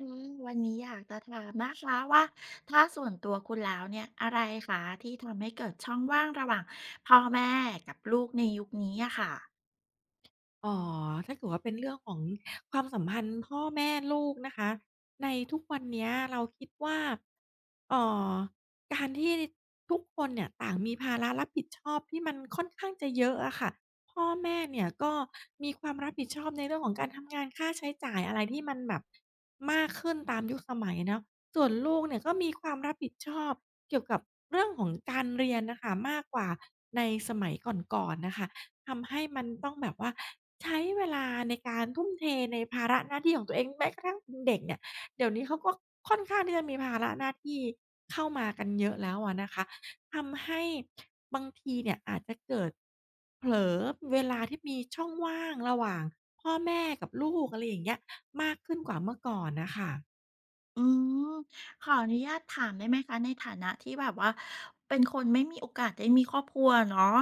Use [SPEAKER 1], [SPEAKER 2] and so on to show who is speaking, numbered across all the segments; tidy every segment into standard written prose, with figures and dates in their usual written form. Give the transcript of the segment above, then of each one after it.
[SPEAKER 1] วันนี้อยากจะถามนะคะว่าถ้าส่วนตัวคุณแล้วเนี่ยอะไรคะที่ทำให้เกิดช่องว่างระหว่างพ่อแม่กับลูกในยุคนี้อะค่ะ
[SPEAKER 2] อ๋อถ้าเกิดว่าเป็นเรื่องของความสัมพันธ์พ่อแม่ลูกนะคะในทุกวันเนี้ยเราคิดว่าเอ่อการที่ทุกคนเนี่ยต่างมีภาระรับผิดชอบที่มันค่อนข้างจะเยอะอะค่ะพ่อแม่เนี่ยก็มีความรับผิดชอบในเรื่องของการทำงานค่าใช้จ่ายอะไรที่มันแบบมากขึ้นตามยุคสมัยเนาะส่วนลูกเนี่ยก็มีความรับผิดชอบเกี่ยวกับเรื่องของการเรียนน่ะค่ะมากกว่าในสมัยก่อนๆน่ะค่ะ ทำให้มันต้องแบบว่าใช้เวลาในการทุ่มเทในภาระหน้าที่ของตัวเองแม้กระทั่งเป็นเด็กเนี่ยเดี๋ยวนี้เขาก็ค่อนข้างที่จะมีภาระหน้าที่เข้ามากันเยอะแล้วอะนะคะทำให้บางทีเนี่ยอาจจะเกิดเผลอเวลาที่มีช่องว่างระหว่างพ่อแม่กับลูกอะไรอย่างเงี้ยมากขึ้นกว่าเมื่อก่อนน่ะค่ะ
[SPEAKER 1] อืมขออนุญาตถามได้ไหมคะในฐานะที่แบบว่าเป็นคนไม่มีโอกาสได้มีครอบครัวเนาะ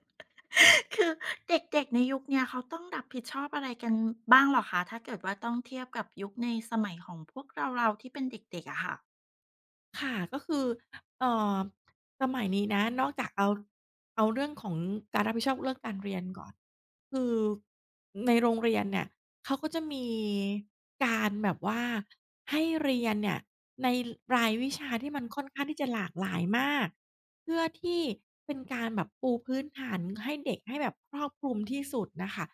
[SPEAKER 1] คือเด็กๆในยุคเนี้ยเขาต้องรับผิดชอบอะไรกันบ้างเหรอคะถ้าเกิดว่าต้องเทียบกับยุคในสมัยของพวกเราที่เป็นเด็กๆอะค่ะ
[SPEAKER 2] ค่ะก็คือเอ่อสมัยนี้นะนอกจากเอาเรื่องของการรับผิดชอบเรื่องการเรียนก่อนคือในโรงเรียนเนี่ยเขาก็จะมีการแบบว่าให้เรียนเนี่ยในรายวิชาที่มันค่อนข้างที่จะหลากหลายมาก เพื่อที่เป็นการแบบปูพื้นฐานให้เด็กให้แบบครอบคลุมที่สุดน่ะค่ะ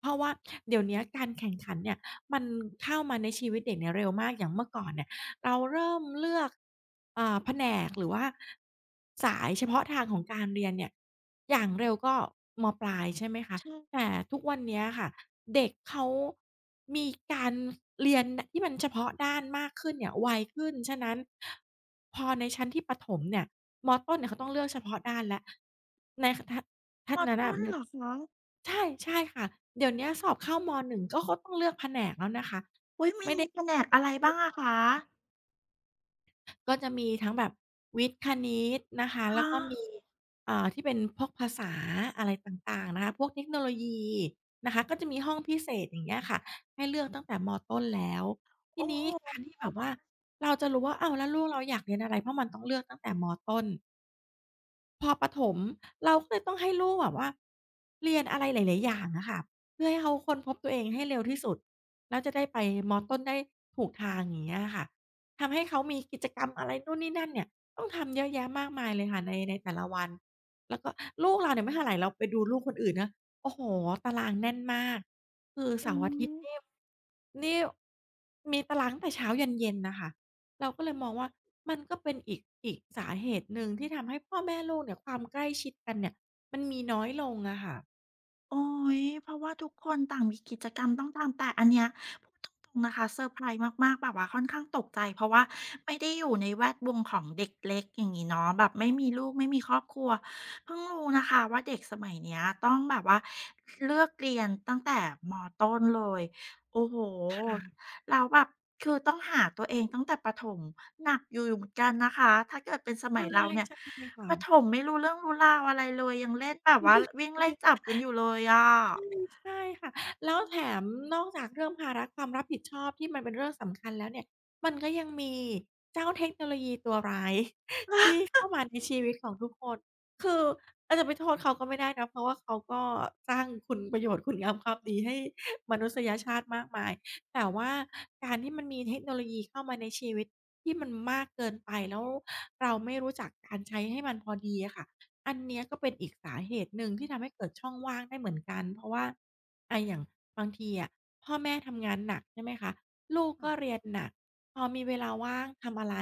[SPEAKER 2] เพราะว่าเดี๋ยวเนี้ยการแข่งขันเนี่ยมันเข้ามาในชีวิตเด็กเนี่ยเร็วมากอย่างเมื่อก่อนเนี่ย เราเริ่มเลือกอ่าแผนกหรือว่าสายเฉพาะทางของการเรียนเนี่ยอย่างเร็วก็มปลายใช่ไหมคะ
[SPEAKER 1] ใช่
[SPEAKER 2] แต่ทุกวันเนี้ยค่ะเด็กเขามีการเรียนดที่มันเฉพาะด้านมากขึ้นเนี่ยไวขึ้น ฉะนั้นพอในชั้นที่ประถมเนี่ยมต้นเนี่ยเขาต้องเลือกเฉพาะด้านแล้วในคท
[SPEAKER 1] ม
[SPEAKER 2] ท่าน
[SPEAKER 1] อ
[SPEAKER 2] นั้น
[SPEAKER 1] ต้
[SPEAKER 2] น่ะ
[SPEAKER 1] น
[SPEAKER 2] มัน
[SPEAKER 1] เหรอคะ
[SPEAKER 2] ใช่ใช่ค่ะเดี๋ยวเนี้ยสอบเข้าม1ก็เขาต้องเลือกแผนกแล้วนะคะ
[SPEAKER 1] อุ๊ยมันมีแผนก
[SPEAKER 2] ที่
[SPEAKER 1] อะไร
[SPEAKER 2] เรา
[SPEAKER 1] บ้างอะ คะ
[SPEAKER 2] ก็จะมีทั้งแบบวิทย์คณิตนะคะแล้
[SPEAKER 1] คะ
[SPEAKER 2] วก็มีอ่าที่เป็นพวกภาษาอะไรต่างๆนะคะพวกเทคโนโลยีนะคะก็จะมีห้องพิเศษอย่างเงี้ยค่ะให้เลือกตั้งแต่มต้นแล้วที
[SPEAKER 1] โอ้
[SPEAKER 2] นี้
[SPEAKER 1] โฮ
[SPEAKER 2] การที่แบบว่าเราจะรู้ว่าอ้าวแล้วลูกเราอยากเรียนอะไรเพราะมันต้องเลือกตั้งแต่มต้น พอประถมเราก็เลยต้องให้ลูกแบบว่าเรียนอะไรหลายๆอย่างอะค่ะเพื่อให้เขาค้นพบตัวเองให้เร็วที่สุดแล้วจะได้ไปมต้นได้ถูกทางอย่างเงี้ยอะค่ะทำให้เขามีกิจกรรมอะไรนู่นนี่นั่นเนี่ยต้องทำเยอะแยะมากมายเลยค่ะในแต่ละวันแล้วก็ลูกเราเนี่ยไม่เท่าไรเราไปดูลูกคนอื่นนะโอ้โฮตารางแน่นมากคือ
[SPEAKER 1] อุ๊
[SPEAKER 2] เสาร์อาทิ
[SPEAKER 1] ย
[SPEAKER 2] ตย์นี่มีตารางตั้งแต่เช้ายันเย็นน่ะค่ะ เราก็เลยมองว่ามันก็เป็นอีกสาเหตุหนึ่งที่ทำให้พ่อแม่ลูกเนี่ยความใกล้ชิดกันเนี่ยมันมีน้อยลงอะค่ะ
[SPEAKER 1] โอ๊ยเพราะว่าทุกคนต่างมีกิจกรรมต้องทำแต่อันเนี้ยพูดตรงๆนะคะเซอร์ไพรส์มากๆแบบว่าค่อนข้างตกใจเพราะว่าไม่ได้อยู่ในแวดวงของเด็กเล็กอย่างงี้เนาะแบบไม่มีลูกไม่มีครอบครัวเพิ่งรู้นะคะว่าเด็กสมัยเนี้ยต้องแบบว่าเลือกเรียนตั้งแต่มต้นเลยโอ้โฮ
[SPEAKER 2] ค่ะ
[SPEAKER 1] แล้วแบบคือต้องหาตัวเองตั้งแต่ประถมหนักอยู่เหมือนกันนะคะถ้าเกิดเป็นส
[SPEAKER 2] ใช่
[SPEAKER 1] มัยเราเนี่ย
[SPEAKER 2] ใช่ค่ะ
[SPEAKER 1] ประถมไม่รู้เรื่องรู้ราวอะไรเลยยังเล่นแบบว่าวิ่งไล่จับกันอยู่เลยอะ
[SPEAKER 2] อืมใช่ค่ะแล้วแถมนอกจากเรื่องภาระความรับผิดชอบที่มันเป็นเรื่องสำคัญแล้วเนี่ยมันก็ยังมีเจ้าเทคโนโลยีตัวร้าย ที่เข้ามาในชีวิตของทุกคนคือเราจจะไปโทษเขาก็ไม่ได้นะเพราะว่าเขาก็สร้างคุณประโยชน์คุณงามความดีให้มนุษยชาติมากมายแต่ว่าการที่มันมีเทคโนโลยีเข้ามาในชีวิตที่มันมากเกินไปแล้วเราไม่รู้จักการใช้ให้มันพอดีอะค่ะ อันเนี้ยก็เป็นอีกสาเหตุหนึ่งที่ทำให้เกิดช่องว่างได้เหมือนกันเพราะว่าอาอย่างบางทีอะพ่อแม่ทำงานหนักใช่ไหมคะลูก
[SPEAKER 1] ค่ะ
[SPEAKER 2] ก็เรียนหนักพอมีเวลาว่างทำอะไร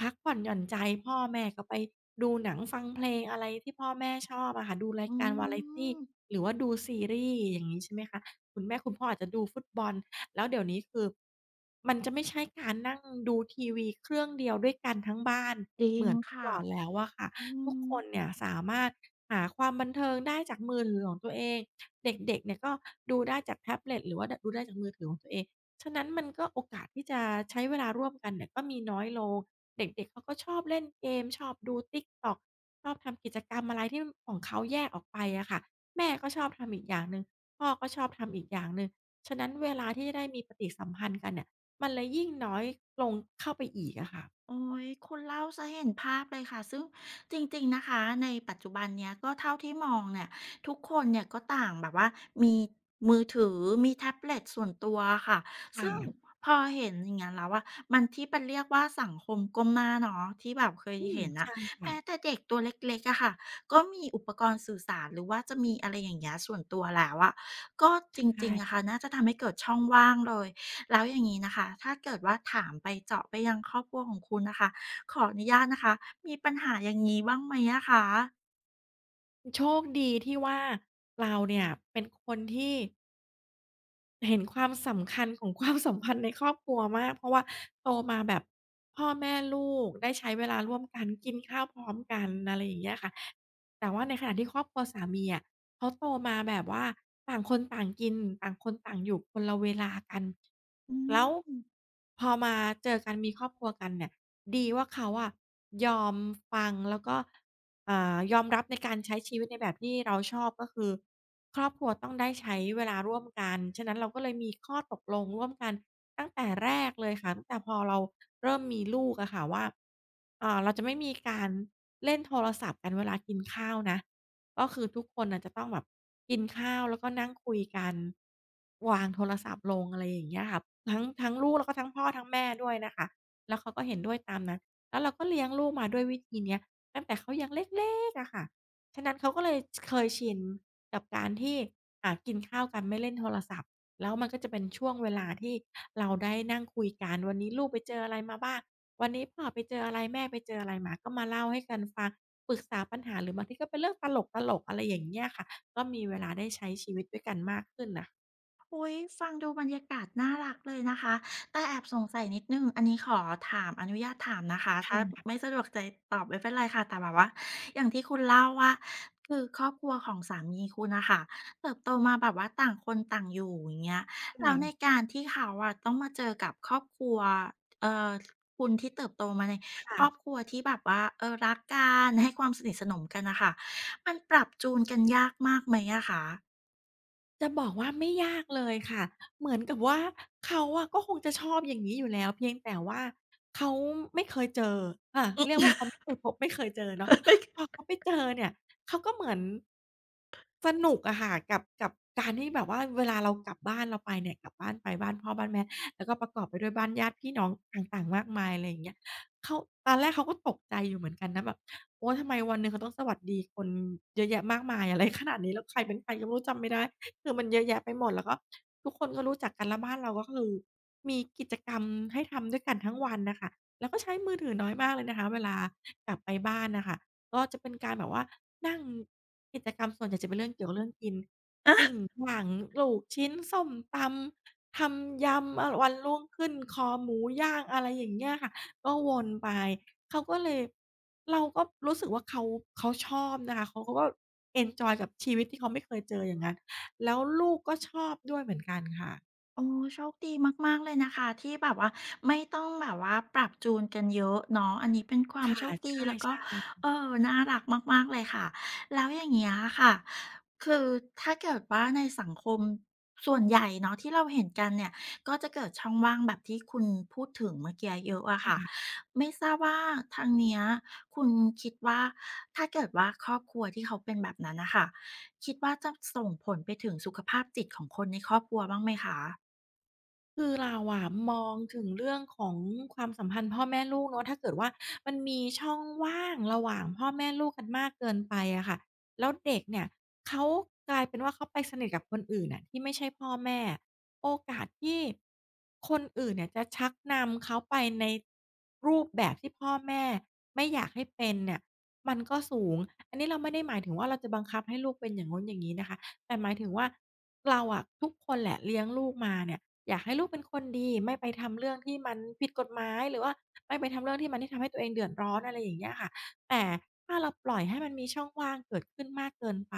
[SPEAKER 2] พักผ่อนหย่อนใจพ่อแม่ก็ไปดูหนังฟังเพลงอะไรที่พ่อแม่ชอบอะค่ะดูราย
[SPEAKER 1] อื
[SPEAKER 2] การวาไรตี
[SPEAKER 1] ม
[SPEAKER 2] หรือว่าดูซีรีส์อย่างงี้ใช่ไหมคะคุณแม่คุณพ่ออาจจะดูฟุตบอลแล้วเดี๋ยวนี้คือมันจะไม่ใช่การนั่งดูทีวีเครื่องเดียวด้วยกันทั้งบ้าน
[SPEAKER 1] จริ
[SPEAKER 2] เห
[SPEAKER 1] ง
[SPEAKER 2] มือนเมื่อ
[SPEAKER 1] ค่ะ
[SPEAKER 2] ก่อนแล้วอะค่ะ
[SPEAKER 1] อื
[SPEAKER 2] ทุก
[SPEAKER 1] ม
[SPEAKER 2] คนเนี่ยสามารถหาความบันเทิงได้จากมือถือของตัวเองเด็กๆเนี่ยก็ดูได้จากแท็บเล็ตหรือว่าดดูได้จากมือถือของตัวเองฉะนั้นมันก็โอกาสที่จะใช้เวลาร่วมกันเนี่ยก็มีน้อยลงเด็กๆเขาก็ชอบเล่นเกมชอบดู TikTok ชอบทำกิจกรรมอะไรที่ของเขาแยกออกไปอะค่ะแม่ก็ชอบทำอีกอย่างหนึ่งพ่อก็ชอบทำอีกอย่างหนึ่งฉะนั้นเวลาที่จะได้มีปฏิสัมพันธ์กันเนี่ยมันเลยยิ่งน้อยลงเข้าไปอีกอะค่ะ
[SPEAKER 1] โอ้ยคุณเล่าซะเห็นภาพเลยค่ะ ซึ่งจริงๆ นะคะในปัจจุบันเนี้ยก็เท่าที่มองเนี่ยทุกคนเนี่ยก็ต่างแบบว่ามีมือถือมีแท็บเล็ตส่วนตัวค่ะ
[SPEAKER 2] ค่ะ
[SPEAKER 1] ซึ่งพอเห็นอย่างงั้นแล้วว่ามันที่เป็นเรียกว่าสังคมก้มหน้าเนาะที่แบบเคยเห็นน่ะ
[SPEAKER 2] ใช่ค่ะ
[SPEAKER 1] แม้แต่เด็กตัวเล็กๆอะค่ะก็มีอุปกรณ์สื่อสารหรือว่าจะมีอะไรอย่างเงี้ยส่วนตัวแล้วอะก็
[SPEAKER 2] ใช
[SPEAKER 1] จ
[SPEAKER 2] ่
[SPEAKER 1] ริงๆอะค่ะน่าจะทำให้เกิดช่องว่างเลย แล้วอย่างนี้นะคะ ถ้าเกิดว่าถามไปเจาะไปยังครอบครัวของคุณนะคะ ขออนุญาตนะคะ มีปัญหาอย่างนี้บ้างไหมอะคะ
[SPEAKER 2] โชคดีที่ว่าเราเนี่ยเป็นคนที่ เห็นความสำคัญของ ความสัมพันธ์ในครอบครัวมากเพราะว่าโตมาแบบพ่อแม่ลูกได้ใช้เวลาร่วมกันกินข้าวพร้อมกันอะไรอย่างเงี้ยค่ะแต่ว่าในขณะที่ครอบครัวสามีอะเขาโตมาแบบว่าต่างคนต่างกินต่างคนต่างอยู่คนละเวลากัน
[SPEAKER 1] อื
[SPEAKER 2] แล้ว
[SPEAKER 1] ม
[SPEAKER 2] พอมาเจอกันมีครอบครัวกันเนี่ยดีว่าเขาอะยอมฟังแล้วก็ยอมรับในการใช้ชีวิตในแบบที่เราชอบก็คือ ครอบครัวต้องได้ใช้เวลาร่วมกันฉะนั้นเราก็เลยมีข้อตกลงร่วมกันตั้งแต่แรกเลยค่ะตั้งแต่พอเราเริ่มมีลูกอะค่ะว่าเราจะไม่มีการเล่นโทรศัพท์กันเวลากินข้าวนะก็คือทุกคนน่ะจะต้องแบบกินข้าวแล้วก็นั่งคุยกันวางโทรศัพท์ลงอะไรอย่างเงี้ยค่ะทั้งลูกแล้วก็ทั้งพ่อทั้งแม่ด้วยนะคะ แล้วเขาก็เห็นด้วยตามนั้นแล้วเราก็เลี้ยงลูกมาด้วยวิธีเนี้ยตั้งแต่เขายังเล็กๆอะค่ะฉะนั้นเขาก็เลยเคยชิน กับการที่กินข้าวกันไม่เล่นโทรศัพท์แล้วมันก็จะเป็นช่วงเวลาที่เราได้นั่งคุยกันวันนี้ลูกไปเจออะไรมาบ้างวันนี้พ่อไปเจออะไรแม่ไปเจออะไรมาก็มาเล่าให้กันฟังปรึกษาปัญหาหรือบางทีก็เป็นเรื่องตลกๆอะไรอย่างเงี้ยค่ะก็มีเวลาได้ใช้ชีวิตด้วยกันมากขึ้นน่ะ
[SPEAKER 1] อุ๊ยฟังดูบรรยากาศน่ารักเลยนะคะแต่แอบสงสัยนิดหนึ่งอันนี้ขอถามอนุญาตถามนะคะ
[SPEAKER 2] ค
[SPEAKER 1] ถ้าไม่
[SPEAKER 2] ่ะ
[SPEAKER 1] สะดวกใจตอบไม่เป็นไรค่ะแต่แบบว่าอย่างที่คุณเล่าว่าคือครอบครัวของสามีคุณน่ะค่ะเติบโตมาแบบว่าต่างคนต่างอยู่อย่างเงี้ยแล้ว
[SPEAKER 2] ค่ะ
[SPEAKER 1] ในการที่เขาอะต้องมาเจอกับครอบครัวเอ่อคุณที่เติบโตมาในครอบค
[SPEAKER 2] ค่ะ
[SPEAKER 1] รัวที่แบบว่าเออรักกันให้ความสนิทสนมกันน่ะค่ะมันปรับจูนกันยากมากไหมอะคะ
[SPEAKER 2] จะบอกว่าไม่ยากเลยค่ะเหมือนกับว่าเขาอะก็คงจะชอบอย่างนี้อยู่แล้วเพียงแต่ว่าเขาไม่เคยเจอเรียกว่าเขาไม่เคยพบไม่เคยเจอเนาะ
[SPEAKER 1] ไม่
[SPEAKER 2] พอเขาไปเจอเนี่ยเขาก็เหมือนสนุกอะค่ะกับการที่แบบว่าเวลาเรากลับบ้านเราไปเนี่ยกลับบ้านไปบ้านพ่อบ้านแม่แล้วก็ประกอบไปด้วยบ้านญาติพี่น้องต่างๆมากมายอะไรอย่างเงี้ยเขาตอนแรกเขาก็ตกใจอยู่เหมือนกันนะแบบโอ๊ยทำไมวันหนึ่งเขาต้องสวัสดีคนเยอะแยะมากมายอะไรขนาดนี้แล้วใครเป็นใครก็ไม่รู้จำไม่ได้ คือมันเยอะแยะไปหมดแล้วก็ทุกคนก็รู้จักกันแล้วบ้านเราก็คือมีกิจกรรมให้ทำด้วยกันทั้งวันน่ะค่ะแล้วก็ใช้มือถือน้อยมากเลยนะคะเวลากลับไปบ้านน่ะค่ะก็จะเป็นการแบบว่านั่งกิจกรรมส่วนใหญ่จะเป็นเรื่องเกี่ยวกับเรื่องกินปิ้งย่างลูกชิ้นส้มตำทำยำอะวันรุ่งขึ้นคอหมูย่างอะไรอย่างเงี้ยค่ะก็วนไปเขาก็เลยเราก็รู้สึกว่าเขาเขาชอบนะคะเขาเขาก็เอนจอยกับชีวิตที่เขาไม่เคยเจออย่างงั้น แล้วลูกก็ชอบด้วยเหมือนกันค่ะ
[SPEAKER 1] โอ้โชคดีมากๆเลยนะคะที่แบบว่าไม่ต้องแบบว่าปรับจูนกันเยอะเนาะอันนี้เป็นความ
[SPEAKER 2] ค่ะ
[SPEAKER 1] โชคดีแล้วก็
[SPEAKER 2] ใช่
[SPEAKER 1] เออน่ารักมากๆเลยค่ะแล้วอย่างเงี้ยค่ะคือถ้าเกิดว่าในสังคมส่วนใหญ่เนาะที่เราเห็นกันเนี่ยก็จะเกิดช่องว่างแบบที่คุณพูดถึงเมื่อกี้เยอะ
[SPEAKER 2] ๆ
[SPEAKER 1] อะค่ะ
[SPEAKER 2] ค่ะ
[SPEAKER 1] ไม่ทราบว่าทางเนี้ยคุณคิดว่าถ้าเกิดว่าครอบครัวที่เขาเป็นแบบนั้นนะคะคิดว่าจะส่งผลไปถึงสุขภาพจิตของคนในครอบครัวบ้างไหมคะ
[SPEAKER 2] คือเราอะมองถึงเรื่องของความสัมพันธ์พ่อแม่ลูกเนาะถ้าเกิดว่ามันมีช่องว่างระหว่างพ่อแม่ลูกกันมากเกินไปอะค่ะแล้วเด็กเนี่ยเขากลายเป็นว่าเขาไปสนิทกับคนอื่นน่ะที่ไม่ใช่พ่อแม่โอกาสที่คนอื่นเนี่ยจะชักนำเขาไปในรูปแบบที่พ่อแม่ไม่อยากให้เป็นเนี่ยมันก็สูงอันนี้เราไม่ได้หมายถึงว่าเราจะบังคับให้ลูกเป็นอย่างโน้นอย่างงี้นะคะแต่หมายถึงว่าเราอะทุกคนแหละเลี้ยงลูกมาเนี่ย อยากให้ลูกเป็นคนดีไม่ไปทำเรื่องที่มันผิดกฎหมายหรือว่าไม่ไปทำเรื่องที่มันที่ทำให้ตัวเองเดือดร้อนอะไรอย่างเงี้ยค่ะแต่ถ้าเราปล่อยให้มันมีช่องว่างเกิดขึ้นมากเกินไป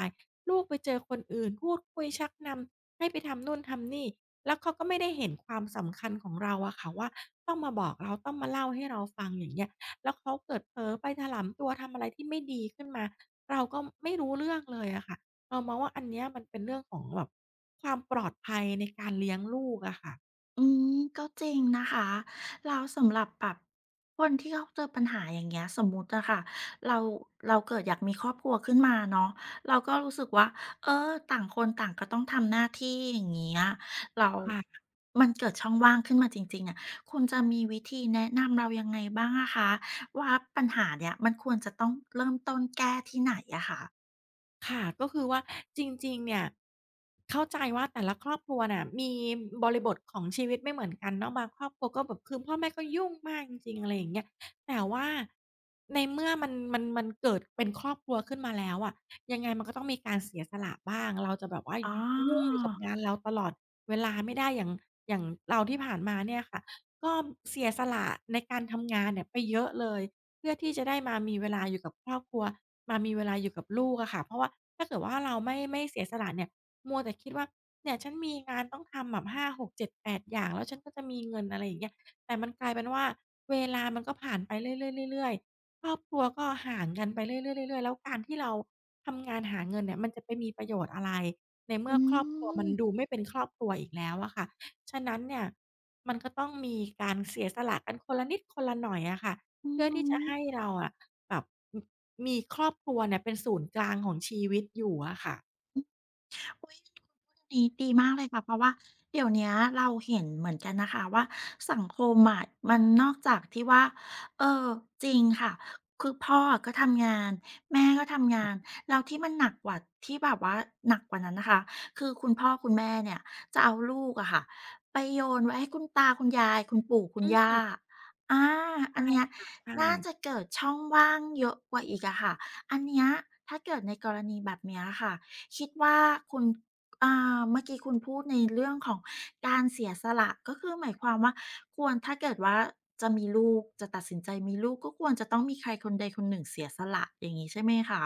[SPEAKER 2] ลูกไปเจอคนอื่นพูดคุยชักนำให้ไปทำนู่นทำนี่แล้วเขาก็ไม่ได้เห็นความสำคัญของเราอะค่ะว่าต้องมาบอกเราต้องมาเล่าให้เราฟังอย่างเงี้ยแล้วเขาเกิดเผลอไปถลำตัวทำอะไรที่ไม่ดีขึ้นมาเราก็ไม่รู้เรื่องเลยอะค่ะ เรามองว่าอันเนี้ยมันเป็นเรื่องของแบบความปลอดภัยในการเลี้ยงลูกอะค่ะ
[SPEAKER 1] อืมก็จริงนะคะแล้วสำหรับแบบคนที่เขาเจอปัญหาอย่างเงี้ยสมมุติอะค่ะเราเราเกิดอยากมีครอบครัวขึ้นมาเนาะเราก็รู้สึกว่าเออต่างคนต่างก็ต้องทำหน้าที่อย่างเงี้ยแล้ว
[SPEAKER 2] ค่ะ
[SPEAKER 1] มันเกิดช่องว่างขึ้นมาจริงๆอะคุณจะมีวิธีแนะนำเรายังไงบ้างอะคะว่าปัญหาเนี่ยมันควรจะต้องเริ่มต้นแก้ที่ไหนอะคะ
[SPEAKER 2] ค่ะก็คือว่าจริงๆเนี่ยเข้าใจว่าแต่ละครอบครัวน่ะมีบริบทของชีวิตไม่เหมือนกันเนาะบางครอบครัวก็แบบคือพ่อแม่ก็ยุ่งมากจริงๆอะไรอย่างเงี้ยแต่ว่าในเมื่อมันเกิดเป็นครอบครัวขึ้นมาแล้วอะยังไงมันก็ต้องมีการเสียสละบ้างเราจะแบบว่าย
[SPEAKER 1] อ๋
[SPEAKER 2] ยุ่งอ
[SPEAKER 1] อ
[SPEAKER 2] ยู่กับงานเราตลอดเวลาไม่ได้อย่างอย่างเราที่ผ่านมาเนี่ยค่ะก็เสียสละในการทำงานเนี่ยไปเยอะเลย เพื่อที่จะได้มามีเวลาอยู่กับครอบครัวมามีเวลาอยู่กับลูกอะค่ะเพราะว่าถ้าเกิดว่าเราไม่เสียสละเนี่ยมัวแต่คิดว่าเนี่ยฉันมีงานต้องทำแบบห้าหกเจ็ดแปดอย่างแล้วฉันก็จะมีเงินอะไรอย่างเงี้ยแต่มันกลายเป็นว่าเวลามันก็ผ่านไปเรื่อยๆๆๆครอบครัวก็ห่างกันไปเรื่อยๆเรื่อยๆแล้วการที่เราทำงานหาเงินเนี่ยมันจะไปมีประโยชน์อะไรในเมื่
[SPEAKER 1] อื
[SPEAKER 2] อครอบครัวมันดู
[SPEAKER 1] ม
[SPEAKER 2] ไม่เป็นครอบครัวอีกแล้วอะค่ะฉะนั้นเนี่ยมันก็ต้องมีการเสียสละกันคนละนิดคนละหน่อยอะค่ะ
[SPEAKER 1] อือ
[SPEAKER 2] เพื่อ
[SPEAKER 1] ฮึ
[SPEAKER 2] ที่จะให้เราอะแบบมมีครอบครัวเนี่ยเป็นศูนย์กลางของชีวิตอยู่อะค่ะ
[SPEAKER 1] อุ๊ยคุณพูดอันนี้ดีมากเลยค่ะเพราะว่าเดี๋ยวเนี้ยเราเห็นเหมือนกันนะคะว่าสังคมอะมันนอกจากที่ว่าเออจริงค่ะคือพ่ออะก็ทำงานแม่ก็ทำงานแล้วที่มันหนักกว่าที่แบบว่าหนักกว่านั้นนะคะคือคุณพ่อคุณแม่เนี่ยจะเอาลูกอะค่ะไปโยนไว้ให้คุณตาคุณยายคุณปู่คุณ
[SPEAKER 2] อื
[SPEAKER 1] ย่า
[SPEAKER 2] ม
[SPEAKER 1] อาอัน
[SPEAKER 2] ใช่
[SPEAKER 1] เนี้ย
[SPEAKER 2] ค่ะใช่
[SPEAKER 1] น่าจะเกิดช่องว่างเยอะกว่าอีกอะค่ะอันเนี้ยถ้าเกิดในกรณีแบบเนี้ยค่ะ คิดว่าคุณอ่เมื่อกี้คุณพูดในเรื่องของการเสียสละก็คือหมายความว่าควรถ้าเกิดว่าจะมีลูกจะตัดสินใจมีลูกก็ควรจะต้องมีใครคนใดคนหนึ่งเสียสละอย่างงี้ใช่ไหมคะ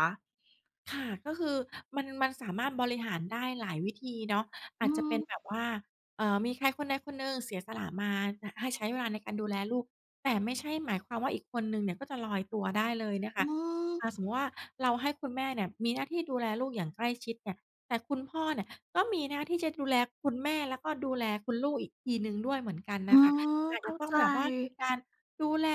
[SPEAKER 2] ค่ะก็คือมันสามารถบริหารได้หลายวิธีเนาะ
[SPEAKER 1] อื
[SPEAKER 2] อาจจะเป็นแบ
[SPEAKER 1] ม
[SPEAKER 2] บว่ามีใครคนใดคนหนึ่งเสียสละมาหให้ใช้เวลาในการดูแลลูกแต่ไม่ใช่หมายความว่าอีกคนหนึ่งเนี่ยก็จะลอยตัวได้เลยนะ
[SPEAKER 1] อื
[SPEAKER 2] คะส
[SPEAKER 1] ม
[SPEAKER 2] มมุติว่าเราให้คุณแม่เนี่ยมีหน้าที่ดูแลลูกอย่างใกล้ชิดเนี่ยแต่คุณพ่อเนี่ยก็มีหน้าที่จะดูแลคุณแม่แล้วก็ดูแลคุณลูกอีกทีหนึ่งด้วยเหมือนกัน
[SPEAKER 1] อื
[SPEAKER 2] น่ะค่ะ
[SPEAKER 1] ม
[SPEAKER 2] อาจจะ
[SPEAKER 1] เข้า
[SPEAKER 2] ต้อง
[SPEAKER 1] ใจ
[SPEAKER 2] แบบว่ามีการดูแล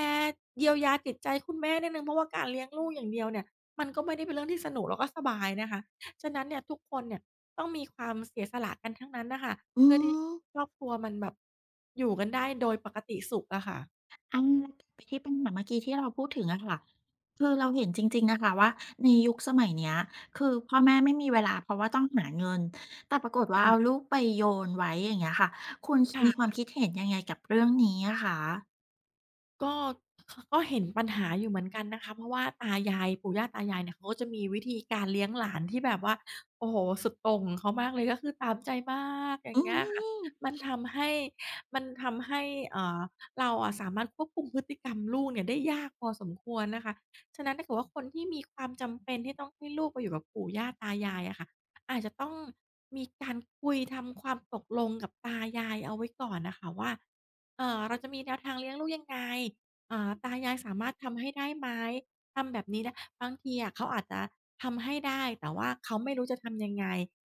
[SPEAKER 2] เยียวยาจิตใจคุณแม่นิดหนึ่งเพราะว่าการเลี้ยงลูกอย่างเดียวเนี่ย มันก็ไม่ได้เป็นเรื่องที่สนุกแล้วก็สบายนะคะ ฉะนั้นเนี่ยทุกคนเนี่ยต้องมีความเสียสละกันทั้งนั้นน่ะค่ะ
[SPEAKER 1] อื
[SPEAKER 2] เพื่อที่
[SPEAKER 1] ม
[SPEAKER 2] ครอบครัวมันแบบอยู่กันได้โดยปกติสุขอะค่ะ
[SPEAKER 1] อันไปที่ปัญหาเมื่อกี้ที่เราพูดถึงอะค่ะคือเราเห็นจริงๆนะคะว่าในยุคสมัยเนี้ยคือพ่อแม่ไม่มีเวลาเพราะว่าต้องหาเงินแต่ปรากฏว่าเอา
[SPEAKER 2] ค่ะ
[SPEAKER 1] ลูกไปโยนไว้อย่างเงี้ยค่ะคุณ
[SPEAKER 2] ค่
[SPEAKER 1] มีควา
[SPEAKER 2] ะ
[SPEAKER 1] มคิดเห็นยังไงกับเรื่องนี้อะคะ
[SPEAKER 2] ก็ขก็เห็นปัญหาอยู่เหมือนกันนะคะเพราะว่าตายายปู่ย่าตายายเนี่ยเขาก็จะมีวิธีการเลี้ยงหลานที่แบบว่าโอ้โฮสุดโต่งของเขามากเลยก็คือตามใจมากอย่า
[SPEAKER 1] อื
[SPEAKER 2] งเงี้ยค่ะ
[SPEAKER 1] ม
[SPEAKER 2] มันทำให้มันทำให้เอ่อเราอะสามารถควบคุมพฤติกรรมลูกเนี่ยได้ยากพอสมควรนะคะฉะนั้นถ้าเกิดว่าคนที่มีความจำเป็นที่ต้องให้ลูกไปอยู่กับปู่ย่าตายายอะค่ะอาจจะต้องมีการคุยทำความตกลงกับตายายเอาไว้ก่อนน่ะค่ะว่า เราจะมีแนวทางเลี้ยงลูกยังไงตายายสามารถทำให้ได้ไหมทำแบบนี้ได้บางทีอะเขาอาจจะทำให้ได้ แต่ว่าเขาไม่รู้จะทำยังไง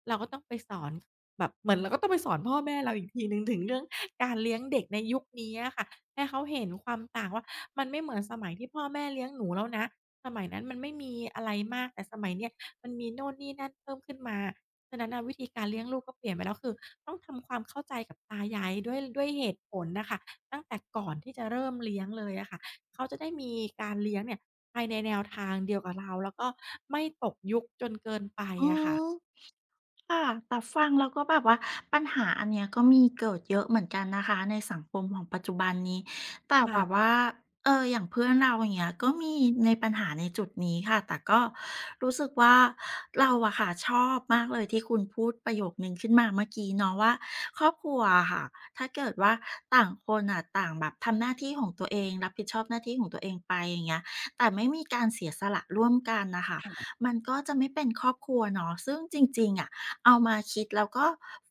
[SPEAKER 2] เราก็ต้องไปสอนแบบเหมือนเราก็ต้องไปสอนพ่อแม่เราอีกทีหนึ่งถึงเรื่องการเลี้ยงเด็กในยุคนี้อะค่ะให้เขาเห็นความต่างว่ามันไม่เหมือนสมัยที่พ่อแม่เลี้ยงหนูแล้วนะสมัยนั้นมันไม่มีอะไรมาก แต่สมัยเนี้ยมันมีโน่นนี่นั่นเพิ่มขึ้นมา ฉะนั้นน่ะวิธีการเลี้ยงลูกก็เปลี่ยนไปแล้วคือต้องทำความเข้าใจกับตายายด้วยเหตุผลน่ะค่ะตั้งแต่ก่อนที่จะเริ่มเลี้ยงเลยอะค่ะเขาจะได้มีการเลี้ยงเนี่ยไปในแนวทางเดียวกับเราแล้วก็ไม่ตกยุคจนเกินไป
[SPEAKER 1] อื
[SPEAKER 2] อะค่ะ
[SPEAKER 1] ม ค่ะแต่ฟังแล้วก็แบบว่าปัญหาอันเนี้ยก็มีเกิดเยอะเหมือนกันนะคะในสังคมของปัจจุบันนี้ แต่แบบ
[SPEAKER 2] ค่ะ
[SPEAKER 1] ว่าเอออย่างเพื่อนเราอย่างเงี้ยก็มีในปัญหาในจุดนี้ค่ะแต่ก็รู้สึกว่าเราอะค่ะชอบมากเลยที่คุณพูดประโยคนึงขึ้นมาเมื่อกี้เนาะว่าครอบครัวอะค่ะถ้าเกิดว่าต่างคนอะต่างแบบทำหน้าที่ของตัวเองรับผิดชอบหน้าที่ของตัวเองไปอย่างเงี้ยแต่ไม่มีการเสียสละร่วมกันน่ะค่ะ
[SPEAKER 2] ค่ะ
[SPEAKER 1] มันก็จะไม่เป็นครอบครัวเนาะซึ่งจริงๆอะ เอามาคิดแล้วก็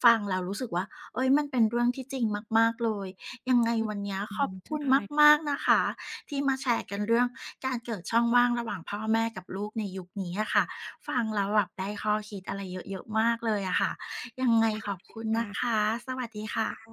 [SPEAKER 1] ฟังแล้วรู้สึกว่าเอ้ยมันเป็นเรื่องที่จริงมากๆเลยยังไง
[SPEAKER 2] อื
[SPEAKER 1] วั
[SPEAKER 2] ม
[SPEAKER 1] นเนี้ย
[SPEAKER 2] อื
[SPEAKER 1] ขอ
[SPEAKER 2] ม
[SPEAKER 1] บ
[SPEAKER 2] ใช่
[SPEAKER 1] คุณ
[SPEAKER 2] ใช่
[SPEAKER 1] มากๆนะคะที่มาแชร์กันเรื่องการเกิดช่องว่างระหว่างพ่อแม่กับลูกในยุคนี้อะค่ะฟังแล้วแบบได้ข้อคิดอะไรเยอะๆมากเลยอะค่ะยังไงขอบคุณนะ
[SPEAKER 2] ค่ะ
[SPEAKER 1] คะสวัสดีค่ะ